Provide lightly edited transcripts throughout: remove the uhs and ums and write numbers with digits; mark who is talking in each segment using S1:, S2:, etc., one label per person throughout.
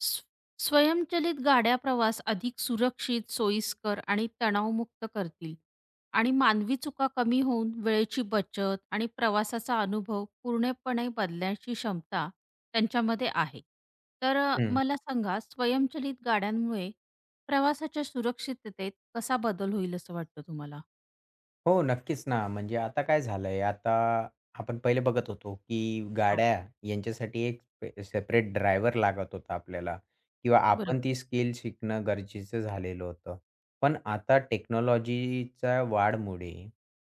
S1: स्व- स्वयंचलित गाड्या प्रवास अधिक सुरक्षित, सोयीस्कर आणि तणावमुक्त करतील आणि मानवी चुका कमी होऊन वेळेची बचत आणि प्रवासाचा अनुभव पूर्णपणे बदलण्याची क्षमता त्यांच्यामध्ये आहे. तर
S2: हं.
S1: मला सांगा स्वयंचलित गाड्यांमुळे प्रवासाच्या सुरक्षिततेत कसा बदल होईल असं वाटतं तुम्हाला?
S2: हो, नक्कीच ना. म्हणजे आता काय झालंय, आता आपण पहिले बघत होतो, की
S1: हां,
S2: गाड्या यांच्यासाठी एक सेपरेट ड्रायव्हर लागत होता आपल्याला किंवा आपण
S1: बरोबर.
S2: ती स्किल शिकणं गरजेचं झालेलं होतं. पण आता टेक्नॉलॉजीच्या वाढमुळे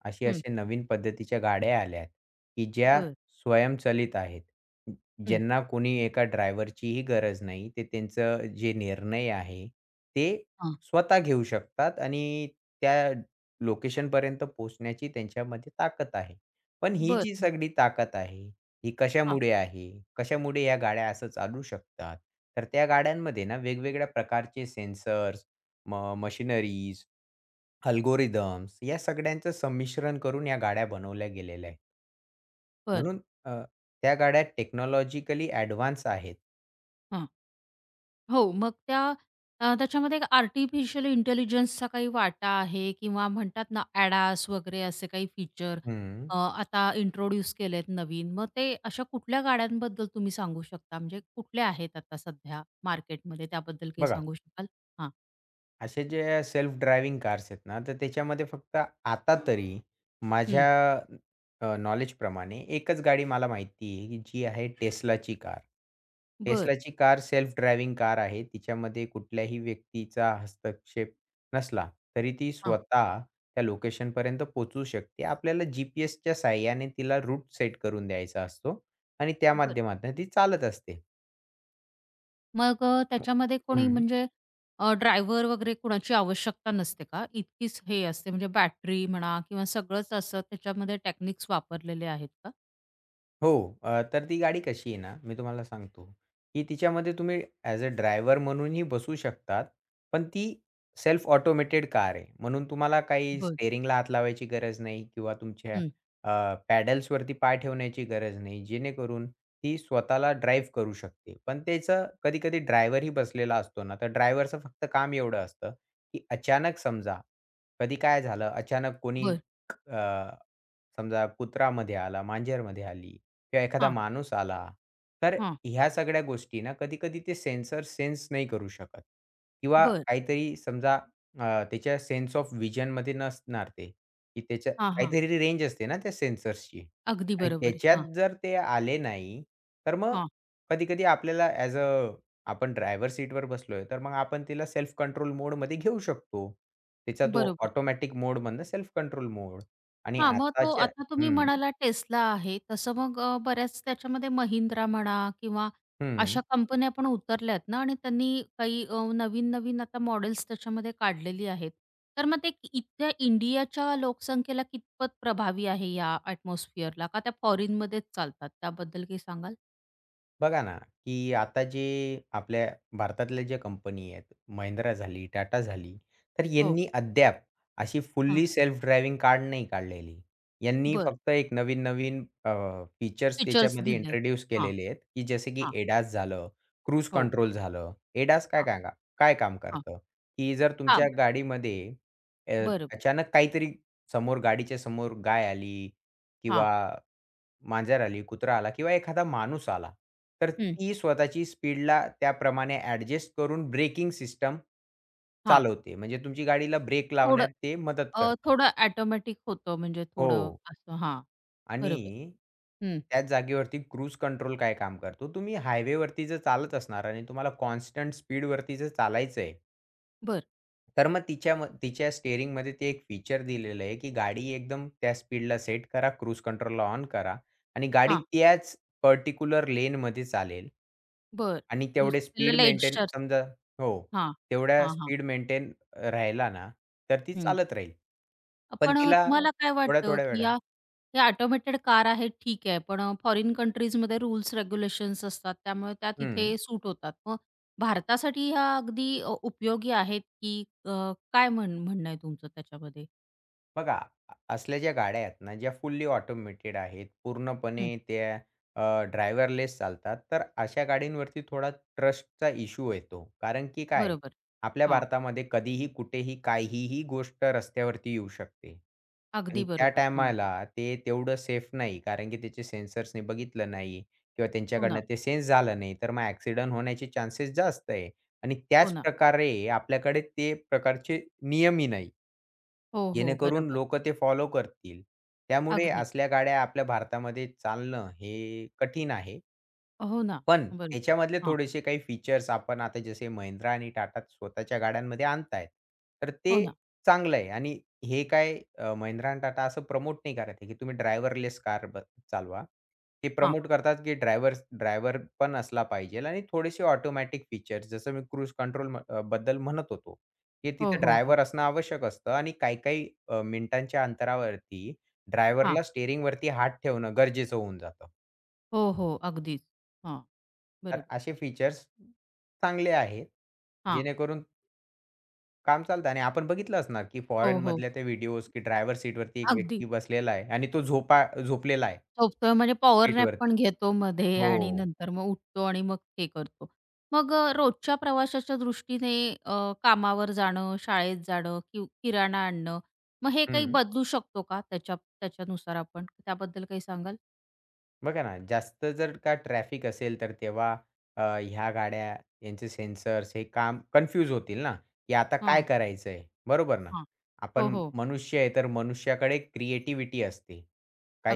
S2: अशी
S1: हं,
S2: असे नवीन पद्धतीच्या गाड्या आल्यात, की ज्या
S1: बरं.
S2: स्वयंचलित आहेत.
S1: हं,
S2: ज्यांना कोणी एका ड्रायव्हरचीही गरज नाही. ते त्यांचं जे निर्णय आहे, ते
S1: हां.
S2: स्वतः घेऊ शकतात आणि त्या लोकेशनपर्यंत पोहोचण्याची त्यांच्यामध्ये ताकद आहे. पण ही जी
S1: बरं.
S2: सगळी ताकद आहे, ही
S1: हां,
S2: कशामुळे आहे? कशामुळे या गाड्या असं चालू शकतात? तर त्या गाड्यांमध्ये ना वेगवेगळ्या प्रकारचे सेन्सर्स, मशिनरीज, अल्गोरिथम्स या सगळ्यांचं संमिश्रण करून या गाड्या बनवल्या गेलेल्या आहेत.
S1: बरं.
S2: म्हणून त्या गाड्या टेक्नॉलॉजिकली एडव्हान्स आहेत.
S1: हां. हो, मग त्याच्यामध्ये एक आर्टिफिशियल इंटेलिजन्सचा काही वाटा आहे किंवा म्हणतात ना ADAS वगैरे असे काही फीचर
S2: हं,
S1: आता इंट्रोड्यूस केलेत नवीन. मग ते अशा कुठल्या गाड्यांबद्दल तुम्ही सांगू शकता? म्हणजे कुठल्या आहेत आता सध्या मार्केटमध्ये त्याबद्दल काही
S2: बघा,
S1: सांगू शकाल? हां.
S2: असे जे सेल्फ ड्रायव्हिंग कार्स आहेत ना, तर त्याच्यामध्ये फक्त आता तरी
S1: हं,
S2: माझ्या नॉलेजप्रमाणे एकच गाडी मला माहिती आहे, की जी आहे Teslaची कार.
S1: बरं.
S2: Teslaची कार सेल्फ ड्रायव्हिंग कार आहे. तिच्यामध्ये कुठल्याही व्यक्तीचा हस्तक्षेप नसला, तरी ती
S1: हां.
S2: स्वतः त्या लोकेशनपर्यंत पोहोचू शकते. आपल्याला जी-पी-एसच्या सहाय्याने तिला रूट सेट करून द्यायचा असतो आणि त्या
S1: बरं.
S2: माध्यमातून ती चालत असते.
S1: मग त्याच्यामध्ये कोणी
S2: हं.
S1: म्हणजे ड्रायव्हर वगैरे कुणाची आवश्यकता नसते का? इतकीच हे असते म्हणजे बॅटरी म्हणा किंवा सगळंच असं त्याच्यामध्ये टेक्निक्स वापरलेले आहेत का?
S2: हो. तर ती गाडी कशी आहे ना, मी तुम्हाला सांगतो, की तिच्यामध्ये तुम्ही ॲज अ ड्रायव्हर म्हणूनही बसू शकतात. पण ती सेल्फ ऑटोमेटेड कार आहे. म्हणून तुम्हाला काही
S1: बरं.
S2: स्टीअरिंगला हात लावायची गरज नाही किंवा तुमच्या अ, पॅडल्सवरती पाय ठेवण्याची गरज नाही. जेणेकरून ती स्वतःला ड्राईव्ह करू शकते. पण त्याचं कधी-कधी ड्रायव्हरही बसलेला असतो ना, तर ड्रायव्हरचं फक्त काम एवढं असतं, की अचानक समजा कधी काय झालं, अचानक कोणी
S1: बरं.
S2: अ, समजा कुत्रा आला, मांजरमध्ये आली किंवा एखादा
S1: हां,
S2: माणूस आला, तर
S1: हां.
S2: ह्या सगळ्या गोष्टी ना कधी-कधी ते सेन्सर सेन्स नाही करू शकत किंवा
S1: बरं.
S2: काहीतरी समजा अ, त्याच्या सेन्स ऑफ व्हिजनमध्ये नसणार ते, की त्याच्या
S1: हां, हां.
S2: काहीतरी रेंज असते ना त्या सेन्सर्सची.
S1: अगदी
S2: आणि
S1: बरोबर. हां,
S2: त्याच्यात जर ते आले नाही, तर मग
S1: हां.
S2: कधी-कधी आपल्याला ॲज अ आपण ड्रायव्हर सीटवर बसलोय, तर मग आपण तिला सेल्फ कंट्रोल मोडमध्ये घेऊ शकतो. त्याचा तो
S1: बरोबर.
S2: ऑटोमॅटिक मोडमधनं सेल्फ कंट्रोल मोड आणि
S1: हां, मग तो
S2: आताच्या.
S1: आता तुम्ही
S2: हं,
S1: म्हणाला Tesla आहे. तसं मग बऱ्याच त्याच्यामध्ये Mahindra म्हणा किंवा अशा
S2: हं.
S1: कंपन्या पण उतरल्यात ना आणि त्यांनी काही नवीन-नवीन आता मॉडेल्स त्याच्यामध्ये काढलेली आहेत. तर मग ते इथल्या इंडियाच्या लोकसंख्येला कितपत प्रभावी आहे या एटमॉस्फिअरला? का त्या फॉरेनमध्येच चालतात? त्याबद्दल काही सांगाल?
S2: बघा ना, की आता जे आपल्या भारतातल्या ज्या कंपनी आहेत, Mahindra झाली, टाटा झाली, तर
S1: हो.
S2: यांनी अद्याप अशी
S1: हां.
S2: फुल्ली सेल्फ ड्रायव्हिंग कार नाही काढलेली. यांनी
S1: बरं.
S2: फक्त एक नवीन-नवीन फीचर्स
S1: फीचर्स
S2: त्याच्यामध्ये
S1: दिले आहेत.
S2: इंट्रोड्यूस
S1: हां,
S2: केलेले आहेत, की जसे की
S1: हां.
S2: एडास झालं, क्रूज
S1: हो.
S2: कंट्रोल झालं. एडास काय
S1: हां,
S2: काय काय काम
S1: हां.
S2: करतं, की जर तुमच्या
S1: हां.
S2: गाडीमध्ये अ,
S1: बरं.
S2: अचानक काहीतरी गाडीच्या समोर गाय आली
S1: हां,
S2: किंवा मांजर आली, कुत्रा आला किंवा एखादा माणूस आला, तर
S1: हं.
S2: ती स्वतःची स्पीडला त्याप्रमाणे ॲडजस्ट करून ब्रेकिंग सिस्टम
S1: हां.
S2: चालवते. म्हणजे तुमची गाडीला ब्रेक
S1: थोडं
S2: लावण्यात ते मदत करतं.
S1: थोडं ऑटोमॅटिक होतं म्हणजे थोडं
S2: हो.
S1: असं हां,
S2: आणि
S1: बरोबर. हं.
S2: त्याच जागेवरती क्रूज कंट्रोल काय काम करतो, तुम्ही हायवेवरती जर चालत असणार आणि तुम्हाला कॉन्स्टंट स्पीडवरती जर चालायचं आहे,
S1: बर
S2: तर मग तिच्या स्टीअरिंगमध्ये ते एक फीचर दिलेलं आहे, की गाडी एकदम त्या स्पीडला सेट करा, क्रूज कंट्रोलला ऑन करा आणि गाडी
S1: हां,
S2: त्याच पर्टिक्युलर लेनमध्ये चालेल.
S1: बरं.
S2: आणि
S1: दुस
S2: तेवढे स्पीड
S1: लाईट
S2: मेंटेन
S1: स्टार्स
S2: समजा हो,
S1: हां,
S2: तेवढ्या
S1: हां, हां.
S2: स्पीड मेंटेन राहिला ना, तर ती
S1: हं.
S2: चालत राहील. पण
S1: पण
S2: तिला
S1: तुम्हाला काय वाटतं,
S2: थोड्या-थोड्या
S1: की
S2: वेळानं.
S1: या या ऑटोमेटेड कार आहेत ठीक आहे, पण फॉरेन कंट्रीजमध्ये रूल्स रेग्युलेशन्स असतात त्यामुळे त्या
S2: हं.
S1: तिथे सूट होतात. मग भारतासाठी ह्या अगदी उपयोगी आहेत, की काय म्हण म्हणणं आहे तुमचं त्याच्यामध्ये?
S2: बघा, असल्या ज्या गाड्या आहेत ना, ज्या फुल्ली ऑटोमेटेड आहेत,
S1: हं.
S2: पूर्णपणे त्या ड्रायव्हरलेस चालतात, तर अशा गाडींवरती थोडा ट्रस्टचा इश्यू येतो. कारण की काय,
S1: बरोबर.
S2: आपल्या
S1: हां,
S2: भारतामध्ये कधीही, कुठेही, काहीही गोष्ट रस्त्यावरती येऊ शकते.
S1: अगदी
S2: आणि त्या
S1: बरोबर. हां,
S2: टायमाला ते तेवढं सेफ नाही, कारण की त्याचे सेन्सर्सनी बघितलं नाही किंवा
S1: हो
S2: त्यांच्याकडनं
S1: ना.
S2: ते सेन्स झालं नाही, तर मग ॲक्सिडेंट होण्याचे चान्सेस जास्त आहे. आणि
S1: हो
S2: त्याच
S1: ना.
S2: प्रकारे आपल्याकडे ते प्रकारचे नियमही नाही.
S1: हो, हो.
S2: जेणेकरून
S1: बरोबर.
S2: लोकं ते फॉलो करतील. त्यामुळे
S1: अगदी.
S2: असल्या गाड्या आपल्या भारतामध्ये चालणं हे कठीण आहे.
S1: हो ना.
S2: पण
S1: बरोबर.
S2: त्याच्यामधले
S1: हां.
S2: थोडेसे काही फीचर्स आपण आता जसे Mahindra आणि Tata स्वतःच्या गाड्यांमध्ये आणतायत. तर ते
S1: हो ना.
S2: चांगलं आहे. आणि हे काय Mahindra आणि Tata असं प्रमोट नाही करत आहे, की तुम्ही ड्रायव्हरलेस कार चालवा. ते
S1: हां.
S2: प्रमोट करतात, की ड्रायव्हर पण असला पाहिजेल आणि थोडेसे ऑटोमॅटिक फीचर्स जसं मी क्रूज कंट्रोल बद्दल म्हणत होतो, की
S1: हो,
S2: तिथे
S1: हो, हो.
S2: ड्रायव्हर असणं आवश्यक असतं आणि काही-काही मिनिटांच्या अंतरावरती
S1: हां.
S2: ड्रायव्हरला स्टीअरिंगवरती हात ठेवणं गरजेचं होऊन जातं.
S1: हो, हो. अगदीच. हां.
S2: तर
S1: बरोबर.
S2: असे फीचर्स चांगले आहेत,
S1: हां.
S2: जेणेकरून काम चालतं आणि आपण बघितलं असणार, की
S1: हो, हो.
S2: फॉरेनमधल्या त्या व्हिडिओज, की ड्रायव्हर सीटवरती एक
S1: अगदी.
S2: व्यक्ती बसलेला आहे आणि तो झोपा झोपलेला आहे
S1: झोपतो म्हणजे पॉवर नॅप पण
S2: सीटवरती.
S1: घेतो मध्ये
S2: हो.
S1: आणि नंतर मग उठतो आणि मग हे करतो. मग रोजच्या प्रवासाच्या दृष्टीने अ, कामावर जाणं, शाळेत जाणं, किराणा आणणं, मग हे काही
S2: हं.
S1: बदलू शकतो का त्याच्यानुसार आपण? त्याबद्दल काही सांगाल?
S2: बघा ना, जास्त जर का ट्रॅफिक असेल, तर तेव्हा ह्या गाड्या, यांचे सेन्सर्स हे काम कन्फ्यूज होतील ना, की आता काय
S1: हां,
S2: करायचंय? बरोबर ना?
S1: हां. हो,
S2: आपण
S1: हो.
S2: मनुष्य आहे, तर मनुष्याकडे क्रिएटिव्हिटी असते.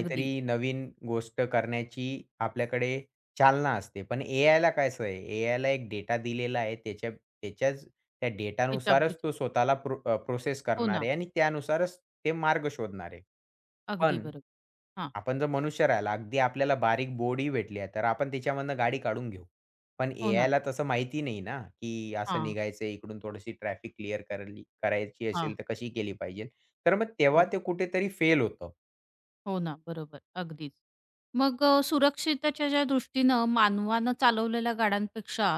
S1: अगदी.
S2: नवीन गोष्ट करण्याची आपल्याकडे चालना असते. पण एआयला कसं आहे, एआयला एक डेटा दिलेला आहे. त्याच्याच त्या
S1: ह्याच्या
S2: डेटानुसारच तो स्वतःला प्रोसेस
S1: हो
S2: करणार
S1: ना.
S2: आहे आणि त्यानुसारच ते मार्ग शोधणार आहे.
S1: अगदी
S2: पण
S1: बरोबर. हां.
S2: आपण जर मनुष्य राहिला, अगदी आपल्याला बारीक बोर्डही भेटली आहे, तर आपण त्याच्यामधनं गाडी काढून घेऊ. पण
S1: हो ना.
S2: एआयला तसं माहिती नाही ना, की असं
S1: हां,
S2: निघायचं इकडून थोडीशी ट्रॅफिक क्लिअर करायची
S1: हां.
S2: असेल, तर कशी केली पाहिजे? तर मग तेव्हा
S1: हो.
S2: ते कुठेतरी फेल होतं.
S1: हो ना. बरोबर. अगदीच. मग सुरक्षिततेच्या ज्या दृष्टीनं मानवानं चालवलेल्या गाड्यांपेक्षा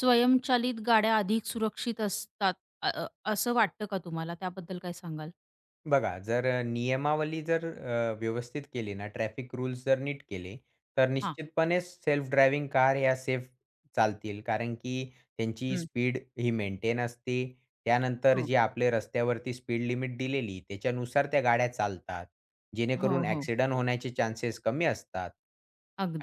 S1: स्वयंचलित गाड्या अधिक सुरक्षित असतात अ, अ, असं वाटतं का तुम्हाला? त्याबद्दल काय सांगाल?
S2: बघा, जर नियमावली जर व्यवस्थित केली ना, ट्रॅफिक रूल्स जर नीट केले, तर
S1: हां.
S2: निश्चितपणेच सेल्फ ड्रायव्हिंग कार ह्या सेफ चालतील. कारण की त्यांची
S1: हं.
S2: स्पीड ही मेंटेन असते. त्यानंतर
S1: हो.
S2: जे आपले रस्त्यावरती स्पीड लिमिट दिलेली, त्याच्यानुसार त्या गाड्या चालतात.
S1: हो,
S2: जेणेकरून
S1: हो.
S2: ॲक्सिडेंट होण्याचे चान्सेस कमी असतात.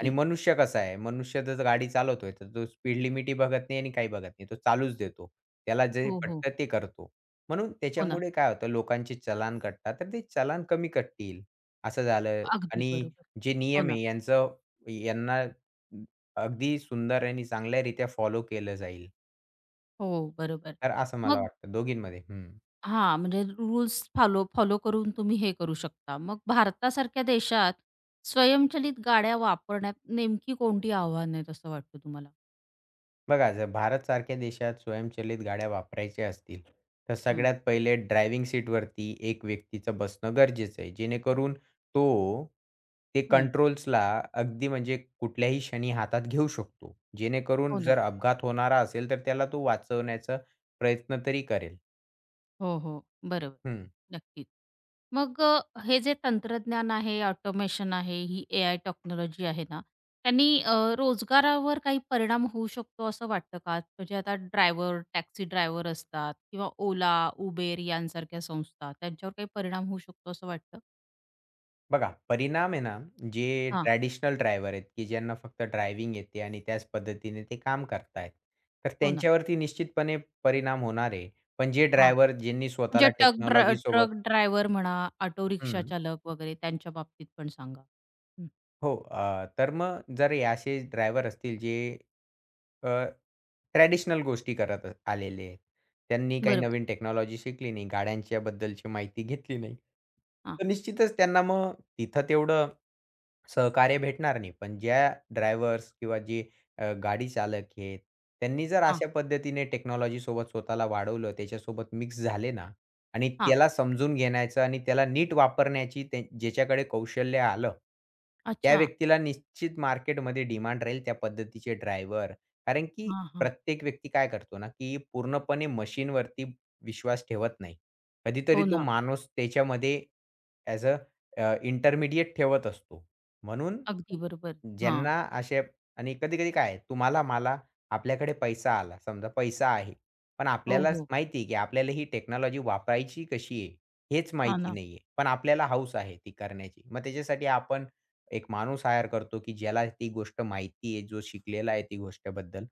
S2: आणि मनुष्य कसा आहे, मनुष्य जर गाडी चालवतोय, तर तो स्पीड लिमिटही बघत नाही आणि काही बघत नाही. तो चालूच देतो. त्याला जे
S1: हो, हो.
S2: पटतं ते करतो. म्हणून
S1: हो ना.
S2: त्याच्यामुळे काय होतं लोकांचे चलान कटतात, तर ते चलान कमी कटतील, असं झालं
S1: अगदी
S2: आणि
S1: बरोबर.
S2: जे
S1: हो
S2: नियम
S1: ना.
S2: आहे यांचं यांना अगदी सुंदर आणि चांगल्यारीत्या फॉलो केलं जाईल.
S1: हो, बरोबर.
S2: तर असं मला
S1: मग
S2: वाटतं दोघींमध्ये. हं.
S1: हां, म्हणजे रूल्स फॉलो फॉलो करून तुम्ही हे करू शकता. मग भारतासारख्या देशात स्वयंचलित गाड्या वापरण्यात नेमकी कोणती आव्हानं आहेत असं वाटतं तुम्हाला?
S2: बघा, जर भारतसारख्या देशात स्वयंचलित गाड्या वापरायच्या असतील, तर
S1: हं,
S2: सगळ्यात पहिले ड्रायव्हिंग सीटवरती एक व्यक्तीचं बसणं गरजेचं आहे. जेणेकरून तो ते
S1: हं.
S2: कंट्रोल्सला अगदी म्हणजे कुठल्याही क्षणी हातात घेऊ शकतो.
S1: हो
S2: जेणेकरून
S1: ना.
S2: जर अपघात होणारा असेल, तर त्याला तो वाचवण्याचा प्रयत्न तरी करेल.
S1: हो, हो. बरोबर.
S2: हं.
S1: नक्कीच. मग हे जे तंत्रज्ञान आहे, ऑटोमेशन आहे, ही एआय टेक्नॉलॉजी आहे ना, त्यांनी रोजगारावर काही परिणाम होऊ शकतो असं वाटतं का? म्हणजे आता ड्रायव्हर, टॅक्सी ड्रायव्हर असतात किंवा Ola, Uber यांसारख्या संस्था त्यांच्यावर काही परिणाम होऊ शकतो असं वाटतं?
S2: बघा, परिणाम आहे ना, जे
S1: हां.
S2: ट्रॅडिशनल ड्रायव्हर आहेत, की ज्यांना फक्त ड्रायव्हिंग येते आणि त्याच पद्धतीने ते काम करतायत. तर
S1: हो ना.
S2: त्यांच्यावरती निश्चितपणे परिणाम होणार आहे. पण जे
S1: हां,
S2: ड्रायव्हर ज्यांनी
S1: म्हणजे
S2: स्वतःला
S1: टक ड्रा
S2: टेक्नॉलॉजी सोबत.
S1: ट्रक ड्रायव्हर म्हणा, ऑटो रिक्षा
S2: हं.
S1: चालक वगैरे त्यांच्या बाबतीत पण सांगा? हं.
S2: हो. तर मग जर हे असे ड्रायव्हर असतील जे अ, ट्रॅडिशनल गोष्टी करत आलेले आहेत. त्यांनी काही
S1: बरोबर.
S2: नवीन टेक्नॉलॉजी शिकली नाही, गाड्यांच्या बद्दलची माहिती घेतली नाही.
S1: हां,
S2: तर निश्चितच त्यांना मग तिथं तेवढं सहकार्य भेटणार नाही. पण ज्या ड्रायव्हर्स किंवा जे गाडी चालक आहेत, त्यांनी जर
S1: हां,
S2: अशा पद्धतीने टेक्नॉलॉजीसोबत स्वतःला वाढवलं, त्याच्यासोबत मिक्स झाले ना, आणि
S1: हां.
S2: त्याला समजून घेण्याचं आणि त्याला नीट वापरण्याची ते ज्याच्याकडे कौशल्य आलं, त्या
S1: अच्छा.
S2: व्यक्तीला निश्चित मार्केटमध्ये डिमांड राहील त्या पद्धतीचे ड्रायव्हर. कारण की
S1: हां, हां.
S2: प्रत्येक व्यक्ती काय करतो ना, की पूर्णपणे मशीनवरती विश्वास ठेवत नाही. कधीतरी
S1: हो
S2: तो
S1: ना.
S2: माणूस त्याच्यामध्ये ॲज अ इंटरमिडिएट ठेवत असतो. म्हणून
S1: अगदी बरोबर. हां.
S2: ज्यांना असे. आणि कधी-कधी काय आहे, तुम्हाला, मला, आपल्याकडे पैसा आला. समजा पैसा आहे. पण
S1: हो,
S2: आपल्यालाच
S1: हो.
S2: माहिती आहे, की आपल्याला ही टेक्नॉलॉजी वापरायची कशी आहे, हेच
S1: हां
S2: माहिती
S1: ना.
S2: नाहीये. पण आपल्याला हौस आहे ती करण्याची. मग त्याच्यासाठी आपण एक माणूस हायर करतो, की ज्याला ती गोष्ट माहिती आहे, जो शिकलेला आहे ती गोष्टबद्दल.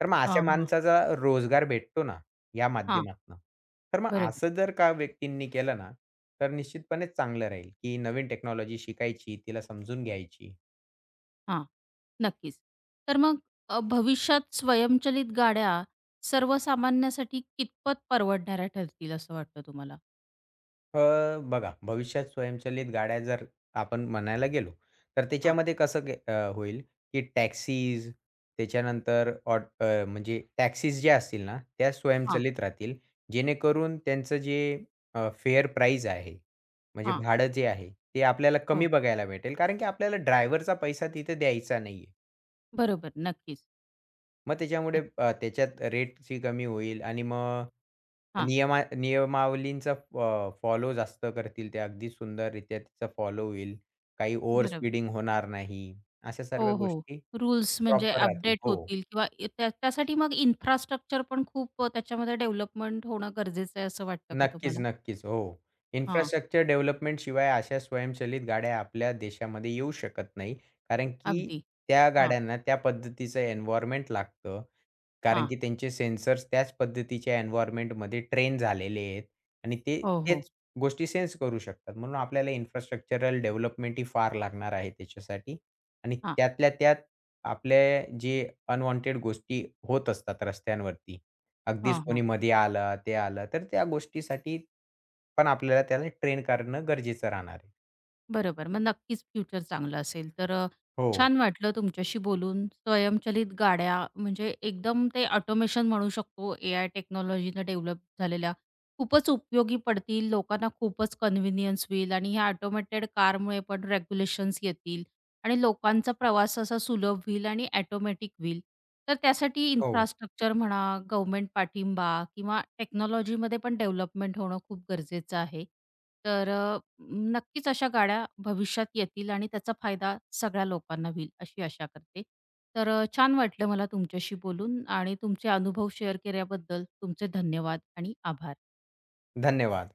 S2: तर मग
S1: हां,
S2: अशा
S1: हां.
S2: माणसाचा रोजगार भेटतो ना, या
S1: हां.
S2: माध्यमातनं. तर मग
S1: बरोबर.
S2: असं जर का व्यक्तींनी केलं ना, तर निश्चितपणेच चांगलं राहील, की नवीन टेक्नॉलॉजी शिकायची, तिला समजून घ्यायची.
S1: हां. नक्कीच. तर मग भविष्यात स्वयंचलित गाड्या सर्वसामान्यासाठी कितपत परवडणाऱ्या ठरतील असं वाटतं तुम्हाला?
S2: अ, बघा, भविष्यात स्वयंचलित गाड्या जर आपण म्हणायला गेलो, तर
S1: हां,
S2: त्याच्यामध्ये कसं होईल, की टॅक्सीज, त्याच्यानंतर म्हणजे टॅक्सीज ज्या असतील ना, त्या
S1: हां,
S2: स्वयंचलित राहतील. जेणेकरून त्यांचं जे फेअर प्राईज आहे, म्हणजे
S1: हां.
S2: भाडं जे आहे, ते आपल्याला कमी
S1: हो.
S2: बघायला भेटेल. कारण की आपल्याला ड्रायव्हरचा पैसा तिथे द्यायचा नाहीये.
S1: बरोबर. नक्कीच.
S2: मग त्याच्यामुळे
S1: नक्की.
S2: त्याच्यात रेटची कमी होईल आणि मग
S1: हां.
S2: नियमावलींचा फॉलो जास्त करतील ते. अगदी सुंदररीत्या तिचा फॉलो होईल. काही ओव्हर
S1: बरोबर.
S2: स्पीडिंग होणार नाही. अशा सर्व
S1: हो, हो.
S2: गोष्टी
S1: रूल्स म्हणजे
S2: प्रॉपर राहतील.
S1: अपडेट
S2: हो.
S1: होतील किंवा त्या त्यासाठी मग इन्फ्रास्ट्रक्चर पण खूप त्याच्यामध्ये डेव्हलपमेंट होणं गरजेचं आहे असं वाटतं का
S2: नक्कीच,
S1: तुम्हाला?
S2: नक्कीच. हो.
S1: हां,
S2: इन्फ्रास्ट्रक्चर डेव्हलपमेंट शिवाय अशा स्वयंचलित गाड्या आपल्या देशामध्ये येऊ शकत नाही. कारण की
S1: अगदी.
S2: त्या
S1: हां,
S2: गाड्यांना त्या पद्धतीचं एन्व्हायर्नमेंट लागतं. कारण
S1: हां.
S2: की त्यांचे सेन्सर्स त्याच पद्धतीच्या एन्व्हायर्नमेंटमध्ये ट्रेन झालेले आहेत आणि ते
S1: हो, हो.
S2: तेच गोष्टी सेन्स करू शकतात. म्हणून आपल्याला इन्फ्रास्ट्रक्चरल डेव्हलपमेंट ही फार लागणार आहे त्याच्यासाठी आणि
S1: हां,
S2: त्यातल्या त्यात आपले जे अनवॉन्टेड गोष्टी होत असतात रस्त्यांवरती,
S1: हां,
S2: अगदीच कोणी
S1: हां.
S2: मध्ये आलं, ते आलं, तर त्या गोष्टीसाठी पण आपल्याला त्याला ट्रेन करणं गरजेचं राहणार आहे.
S1: बरोबर. मग नक्कीच फ्युचर चांगलं असेल. तर
S2: हो,
S1: छान वाटलं तुमच्याशी बोलून. स्वयंचलित गाड्या म्हणजे एकदम ते ऑटोमेशन म्हणू शकतो. एआय टेक्नॉलॉजीनं डेव्हलप झालेल्या खूपच उपयोगी पडतील. लोकांना खूपच कन्व्हिनियन्स होईल आणि ह्या ऑटोमेटेड कारमुळे पण रेग्युलेशन्स येतील. आणि लोकांचा प्रवास असा सुलभ होईल आणि ऑटोमॅटिक होईल. तर त्यासाठी
S2: हो.
S1: इन्फ्रास्ट्रक्चर म्हणा, गव्हर्नमेंट पाठिंबा किंवा टेक्नॉलॉजीमध्ये पण डेव्हलपमेंट होणं खूप गरजेचं आहे. तर नक्कीच अशा गाड्या भविष्यात येतील आणि त्याचा फायदा सगळ्या लोकांना होईल, अशी आशा करते. तर छान वाटलं मला तुमच्याशी बोलून आणि तुमचे अनुभव शेअर केल्याबद्दल तुमचे धन्यवाद आणि आभार.
S2: धन्यवाद.